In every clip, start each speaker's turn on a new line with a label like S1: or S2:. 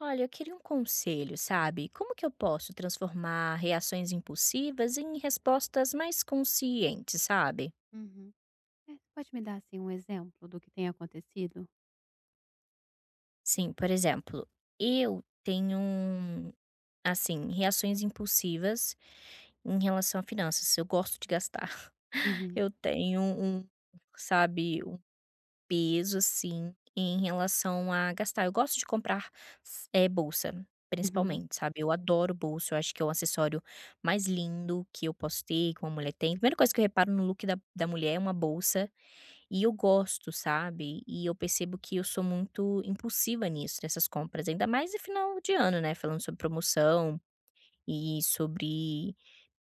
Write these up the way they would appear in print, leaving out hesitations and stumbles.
S1: Olha, eu queria um conselho, sabe? Como que eu posso transformar reações impulsivas em respostas mais conscientes, sabe?
S2: Uhum. É, você pode me dar, assim, um exemplo do que tem acontecido?
S1: Sim, por exemplo, eu tenho, assim, reações impulsivas em relação a finanças. Eu gosto de gastar.
S2: Uhum,
S1: Eu tenho um, sabe, peso, assim, em relação a gastar. Eu gosto de comprar bolsa,
S2: uhum,
S1: principalmente, sabe. Eu adoro bolsa, eu acho que é o acessório mais lindo que eu posso ter, que uma mulher tem. Primeira coisa que eu reparo no look da mulher é uma bolsa, e eu gosto, sabe. E eu percebo que eu sou muito impulsiva nisso, nessas compras, ainda mais no final de ano, né, falando sobre promoção e sobre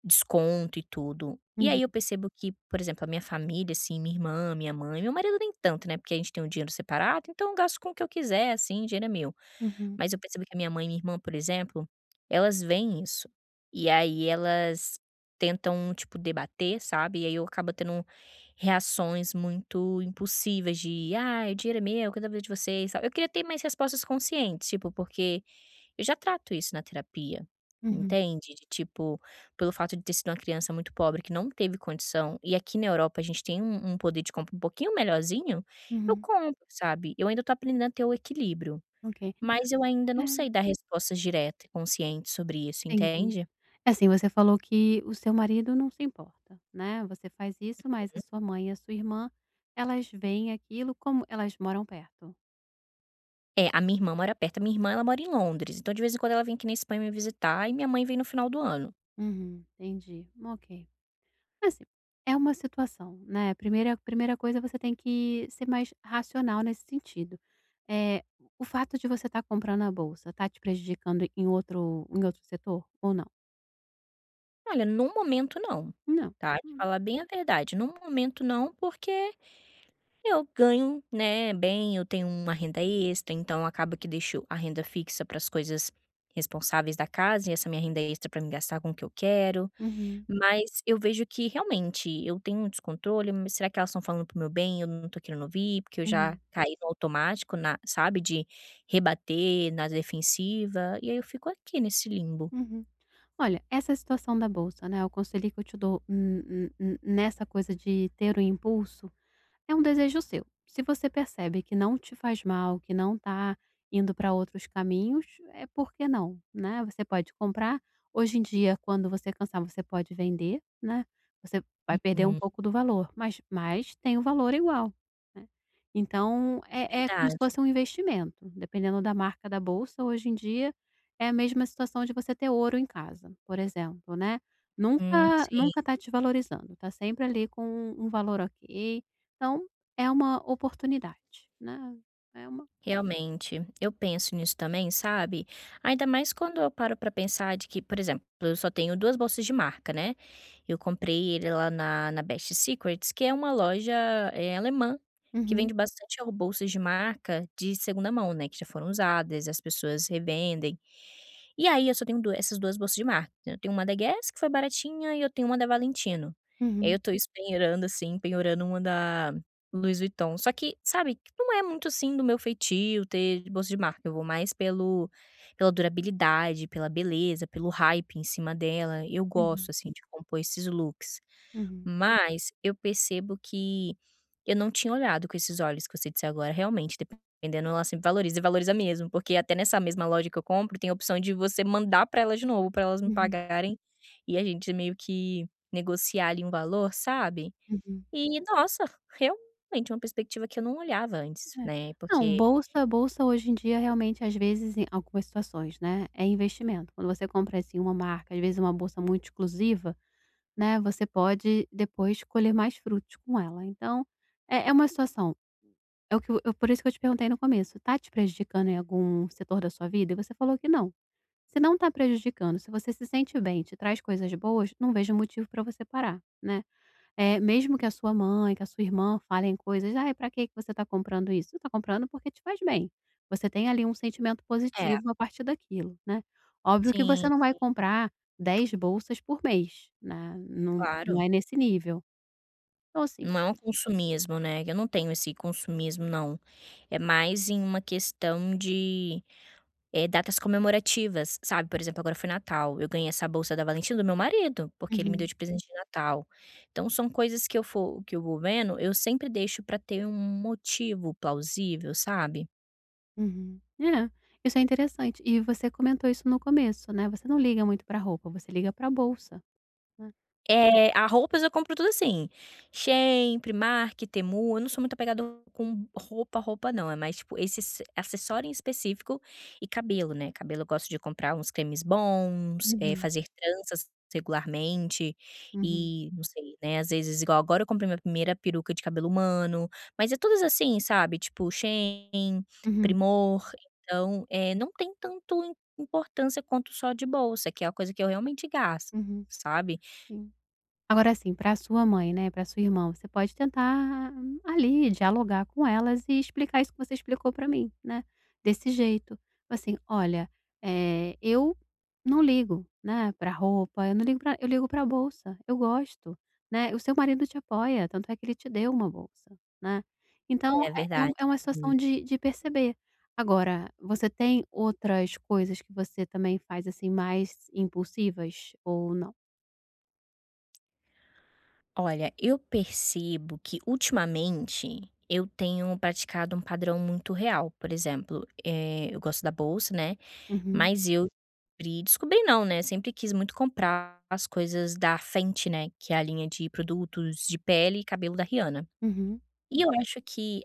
S1: desconto e tudo. E
S2: uhum,
S1: aí eu percebo que, por exemplo, a minha família, assim, minha irmã, minha mãe, meu marido nem tanto, né, porque a gente tem um dinheiro separado, então eu gasto com o que eu quiser, assim, dinheiro é meu.
S2: uhum,
S1: Mas eu percebo que a minha mãe e minha irmã, por exemplo, elas veem isso. E aí elas tentam, tipo, debater, sabe? E aí eu acabo tendo reações muito impulsivas de, ah, o dinheiro é meu, cada vez de vocês, sabe? Eu queria ter mais respostas conscientes, tipo, porque eu já trato isso na terapia,
S2: uhum,
S1: entende? De, tipo, pelo fato de ter sido uma criança muito pobre que não teve condição, e aqui na Europa a gente tem um poder de compra um pouquinho melhorzinho, eu
S2: uhum.
S1: compro, sabe? Eu ainda tô aprendendo a ter o equilíbrio.
S2: Ok.
S1: Mas eu ainda
S2: É,
S1: não sei dar respostas diretas e conscientes sobre isso,
S2: Entendi.
S1: entende?
S2: Assim, você falou que o seu marido não se importa, né, você faz isso, mas a sua mãe e a sua irmã, elas veem aquilo como elas moram perto?
S1: É, a minha irmã mora perto. A minha irmã, ela mora em Londres, então de vez em quando ela vem aqui na Espanha me visitar e minha mãe vem no final do ano.
S2: Uhum, entendi. Ok. Assim, é uma situação, né, primeira coisa você tem que ser mais racional nesse sentido. Eh, o fato de você estar comprando a bolsa, tá te prejudicando em outro setor ou não?
S1: Olha, no momento não,
S2: Não.
S1: tá? De
S2: Hum.
S1: falar bem a verdade, no momento não, porque eu ganho, né, bem, eu tenho uma renda extra, então acaba que deixo a renda fixa para as coisas responsáveis da casa e essa minha renda extra para me gastar com o que eu quero.
S2: Uhum,
S1: Mas eu vejo que realmente eu tenho um descontrole, mas será que elas estão falando para o meu bem, eu não tô querendo ouvir, porque eu já
S2: uhum,
S1: caí no automático na sabe, de rebater na defensiva, e aí eu fico aqui nesse limbo.
S2: uhum. Olha, essa situação da bolsa, né, o conselho que eu te dou n n n nessa coisa de ter o impulso. É um desejo seu. Se você percebe que não te faz mal, que não tá indo para outros caminhos, é por que não, né? Você pode comprar. Hoje em dia, quando você cansar, você pode vender, né. Você vai perder um
S1: Hum,
S2: pouco do valor, mas tem o valor igual, né. Então
S1: é
S2: é como se
S1: verdade.
S2: fosse um investimento, dependendo da marca da bolsa. Hoje em dia é a mesma situação de você ter ouro em casa, por exemplo, né.
S1: Uhum,
S2: Nunca
S1: sim.
S2: nunca tá te valorizando, tá sempre ali com um valor ok. Então, é uma oportunidade, né, é uma...
S1: Realmente, eu penso nisso também, sabe? Ainda mais quando eu paro pra pensar de que, por exemplo, eu só tenho duas bolsas de marca, né? Eu comprei ele lá na Best Secrets, que é uma loja alemã que
S2: Uhum,
S1: vende bastante bolsas de marca de segunda mão, né? Que já foram usadas, as pessoas revendem. E aí eu só tenho essas duas bolsas de marca. Eu tenho uma da Guess, que foi baratinha, e eu tenho uma da Valentino. E aí eu
S2: uhum,
S1: tô esperando, assim, penhorando uma da, Louis Vuitton. Só que, sabe, não é muito, assim, do meu feitio ter bolsa de marca, eu vou mais pelo pela durabilidade, pela beleza, pelo hype em cima dela, eu gosto,
S2: uhum,
S1: assim, de compor esses looks.
S2: uhum,
S1: Mas eu percebo que eu não tinha olhado com esses olhos que você disse agora, realmente, dependendo, ela sempre valoriza e valoriza mesmo, porque até nessa mesma loja que eu compro, tem a opção de você mandar pra ela de novo, pra elas me
S2: uhum,
S1: pagarem e a gente meio que negociar ali um valor, sabe?
S2: uhum.
S1: E nossa, realmente uma perspectiva que eu não olhava antes,
S2: É.
S1: né,
S2: Não,
S1: porque
S2: bolsa hoje em dia realmente, às vezes, em algumas situações, né, é investimento. Quando você compra, assim, uma marca, às vezes uma bolsa muito exclusiva, né, você pode depois colher mais frutos com ela. Então, é uma situação, é o que por isso que eu te perguntei no começo, tá te prejudicando em algum setor da sua vida? E você falou que não. Se não tá prejudicando, se você se sente bem, te traz coisas boas, não vejo motivo para você parar, né. É mesmo que a sua mãe, que a sua irmã falem coisas: "Ai, para que que você tá comprando isso?". Você tá comprando porque te faz bem. Você tem ali um sentimento
S1: é.
S2: positivo a partir daquilo, né. Óbvio que
S1: Sim,
S2: você não vai
S1: sim,
S2: comprar 10 bolsas por mês, né, não
S1: claro.
S2: não é nesse nível. Então assim.
S1: Não é um consumismo, né, eu não tenho esse consumismo não, é mais em uma questão de, datas comemorativas, sabe, por exemplo, agora foi Natal, eu ganhei essa bolsa da Valentina do meu marido, porque ele me deu
S2: Uhum,
S1: de presente de Natal. Então são coisas que eu for que eu vou vendo, eu sempre deixo pra ter um motivo plausível, sabe?
S2: uhum. É, isso é interessante. E você comentou isso no começo, né, você não liga muito pra roupa, você liga pra bolsa, né.
S1: É, a roupas eu compro tudo assim, Shein, Primark, Temu, eu não sou muito apegada com roupa, não, é mais tipo esses acessório em específico e cabelo, né, cabelo eu gosto de comprar uns cremes bons,
S2: Uhum,
S1: fazer tranças regularmente
S2: uhum.
S1: e não sei, né, às vezes igual agora eu comprei minha primeira peruca de cabelo humano, mas é todas assim, sabe, tipo Shein,
S2: Uhum,
S1: Primor, então, não tem tanto importância quanto só de bolsa, que é a coisa que eu realmente gasto,
S2: uhum,
S1: sabe.
S2: sim. Agora assim, pra sua mãe, né, para sua irmã, você pode tentar ali dialogar com elas e explicar isso que você explicou para mim, né, desse jeito. Assim: "Olha, eu não ligo, né, para roupa, eu não ligo para eu ligo para bolsa, eu gosto, né, o seu marido te apoia, tanto é que ele te deu uma bolsa, né". Então
S1: É
S2: é é um
S1: verdade.
S2: é uma
S1: Uhum.
S2: situação de perceber. Agora, você tem outras coisas que você também faz, assim, mais impulsivas ou não?
S1: Olha, eu percebo que ultimamente eu tenho praticado um padrão muito real. Por exemplo, eu gosto da bolsa, né,
S2: Uhum,
S1: mas eu descobri não, né, sempre quis muito comprar as coisas da Fenty, né, que é a linha de produtos de pele e cabelo da Rihanna.
S2: uhum,
S1: E eu acho que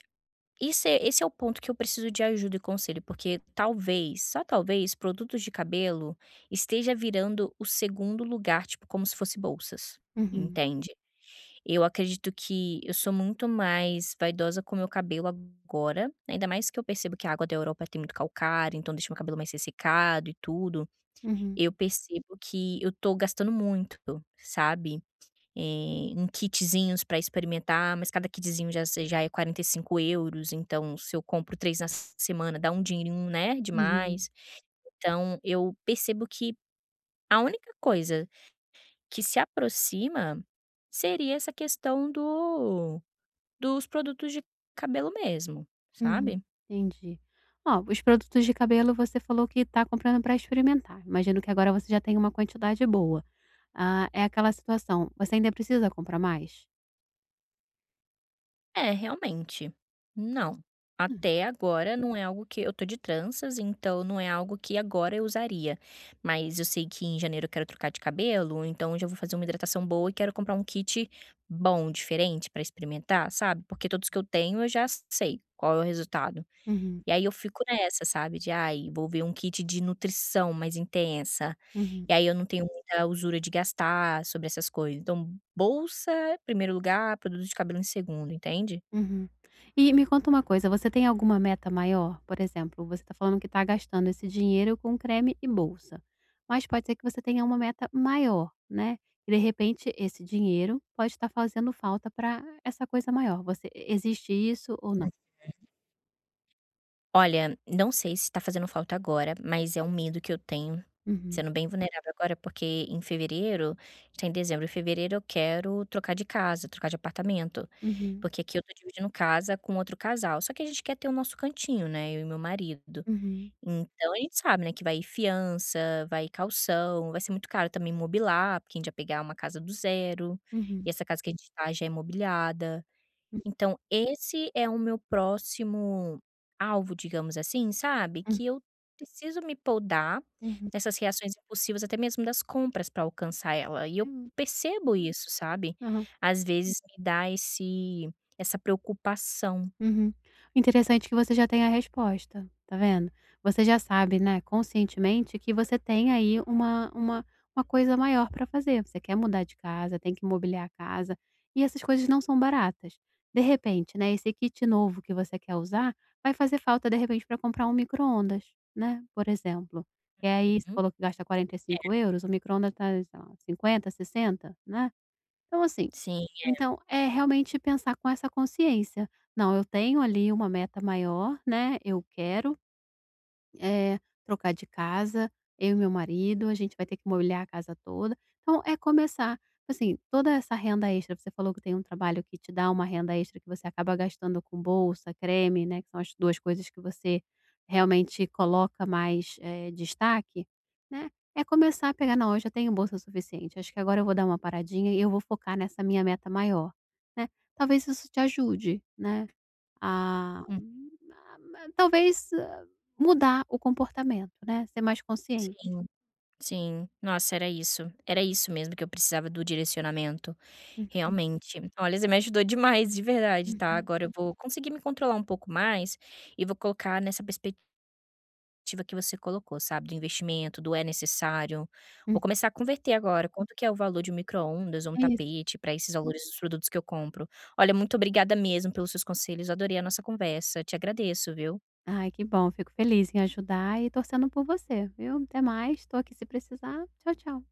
S1: esse é o ponto que eu preciso de ajuda e conselho, porque talvez, só talvez, produtos de cabelo esteja virando o segundo lugar, tipo, como se fosse bolsas,
S2: uhum,
S1: entende? Eu acredito que eu sou muito mais vaidosa com o meu cabelo agora, ainda mais que eu percebo que a água da Europa tem muito calcário, então deixa meu cabelo mais ressecado e tudo.
S2: uhum,
S1: Eu percebo que eu tô gastando muito, sabe, em kitzinhos pra experimentar, mas cada kitzinho já se já é 45 euros. Então se eu compro 3 na semana dá um dinheirinho, né, de
S2: uhum,
S1: mais. Então eu percebo que a única coisa que se aproxima seria essa questão do dos produtos de cabelo mesmo,
S2: uhum.
S1: sabe.
S2: Entendi. Ó, os produtos de cabelo você falou que tá comprando para experimentar, imagino que agora você já tem uma quantidade boa. Ah, é aquela situação, você ainda precisa comprar mais?
S1: É, realmente. Não,
S2: Hum.
S1: até agora não é algo que eu tô de tranças, então não é algo que agora eu usaria, mas eu sei que em janeiro eu quero trocar de cabelo, então já vou fazer uma hidratação boa e quero comprar um kit bom, diferente pra experimentar, sabe, porque todos que eu tenho eu já sei qual é o resultado.
S2: Uhum,
S1: E aí eu fico nessa, sabe, de: "Ai, vou ver um kit de nutrição mais intensa".
S2: uhum.
S1: E aí eu não tenho muita usura de gastar sobre essas coisas. Então, bolsa, primeiro lugar, produto de cabelo em segundo, entende?
S2: Uhum. E me conta uma coisa, você tem alguma meta maior? Por exemplo, você está falando que está gastando esse dinheiro com creme e bolsa, mas pode ser que você tenha uma meta maior, né? E de repente esse dinheiro pode estar fazendo falta para essa coisa maior. Você existe isso ou não?
S1: Olha, não sei se tá fazendo falta agora, mas é um medo que eu tenho,
S2: Uhum,
S1: sendo bem vulnerável agora, porque em fevereiro está em dezembro, em fevereiro eu quero trocar de casa, trocar de apartamento,
S2: uhum,
S1: porque aqui eu tô dividindo casa com outro casal, só que a gente quer ter o nosso cantinho, né, eu e meu marido.
S2: uhum,
S1: Então a gente sabe, né, que vai fiança, vai caução, vai ser muito caro também mobilar porque a gente vai pegar uma casa do zero,
S2: uhum,
S1: e essa casa que a gente tá já é mobiliada.
S2: hum,
S1: Então esse é o meu próximo alvo, digamos assim, sabe,
S2: hum,
S1: que eu preciso me podar
S2: uhum.
S1: nessas reações impulsivas, até mesmo das compras para alcançar ela, e eu percebo isso, sabe. Às vezes me dá esse essa preocupação.
S2: Uhum. Interessante que você já tem a resposta, tá vendo? Você já sabe, né, conscientemente que você tem aí uma coisa maior para fazer. Você quer mudar de casa, tem que mobiliar a casa, e essas coisas não são baratas. De repente, né, esse kit novo que você quer usar, vai fazer falta de repente para comprar um micro-ondas, né, por exemplo. E aí você
S1: Uhum.
S2: falou que gasta 45 euros. O micro-ondas tá, sei lá, 50, 60, né. Então assim,
S1: Sim,
S2: então, é realmente pensar com essa consciência: "Não, eu tenho ali uma meta maior, né, eu quero eh, trocar de casa, eu e meu marido, a gente vai ter que mobiliar a casa toda. Então é começar, assim, toda essa renda extra, você falou que tem um trabalho que te dá uma renda extra que você acaba gastando com bolsa, creme, né, que são as 2 coisas que você realmente coloca mais, destaque, né, é começar a pegar: Não, eu já tenho bolsa suficiente, acho que agora eu vou dar uma paradinha e eu vou focar nessa minha meta maior", né. Talvez isso te ajude, né, a
S1: hum,
S2: ma talvez, mudar o comportamento, né, ser mais consciente.
S1: sim. Sim, nossa, era isso. Era isso mesmo que eu precisava do direcionamento,
S2: Uhum,
S1: realmente. Olha, você me ajudou demais, de verdade, tá?
S2: uhum,
S1: Agora eu vou conseguir me controlar um pouco mais e vou colocar nessa perspectiva que você colocou, sabe? Do investimento, do é necessário. Vou
S2: uhum.
S1: começar a converter agora. Quanto que é o valor de um micro-ondas ou um
S2: É isso.
S1: tapete para esses valores dos produtos que eu compro? Olha, muito obrigada mesmo pelos seus conselhos. Adorei a nossa conversa. Te agradeço, viu?
S2: Ai, que bom, fico feliz em ajudar e torcendo por você, viu. Até mais, estou aqui se precisar. Tchau, tchau.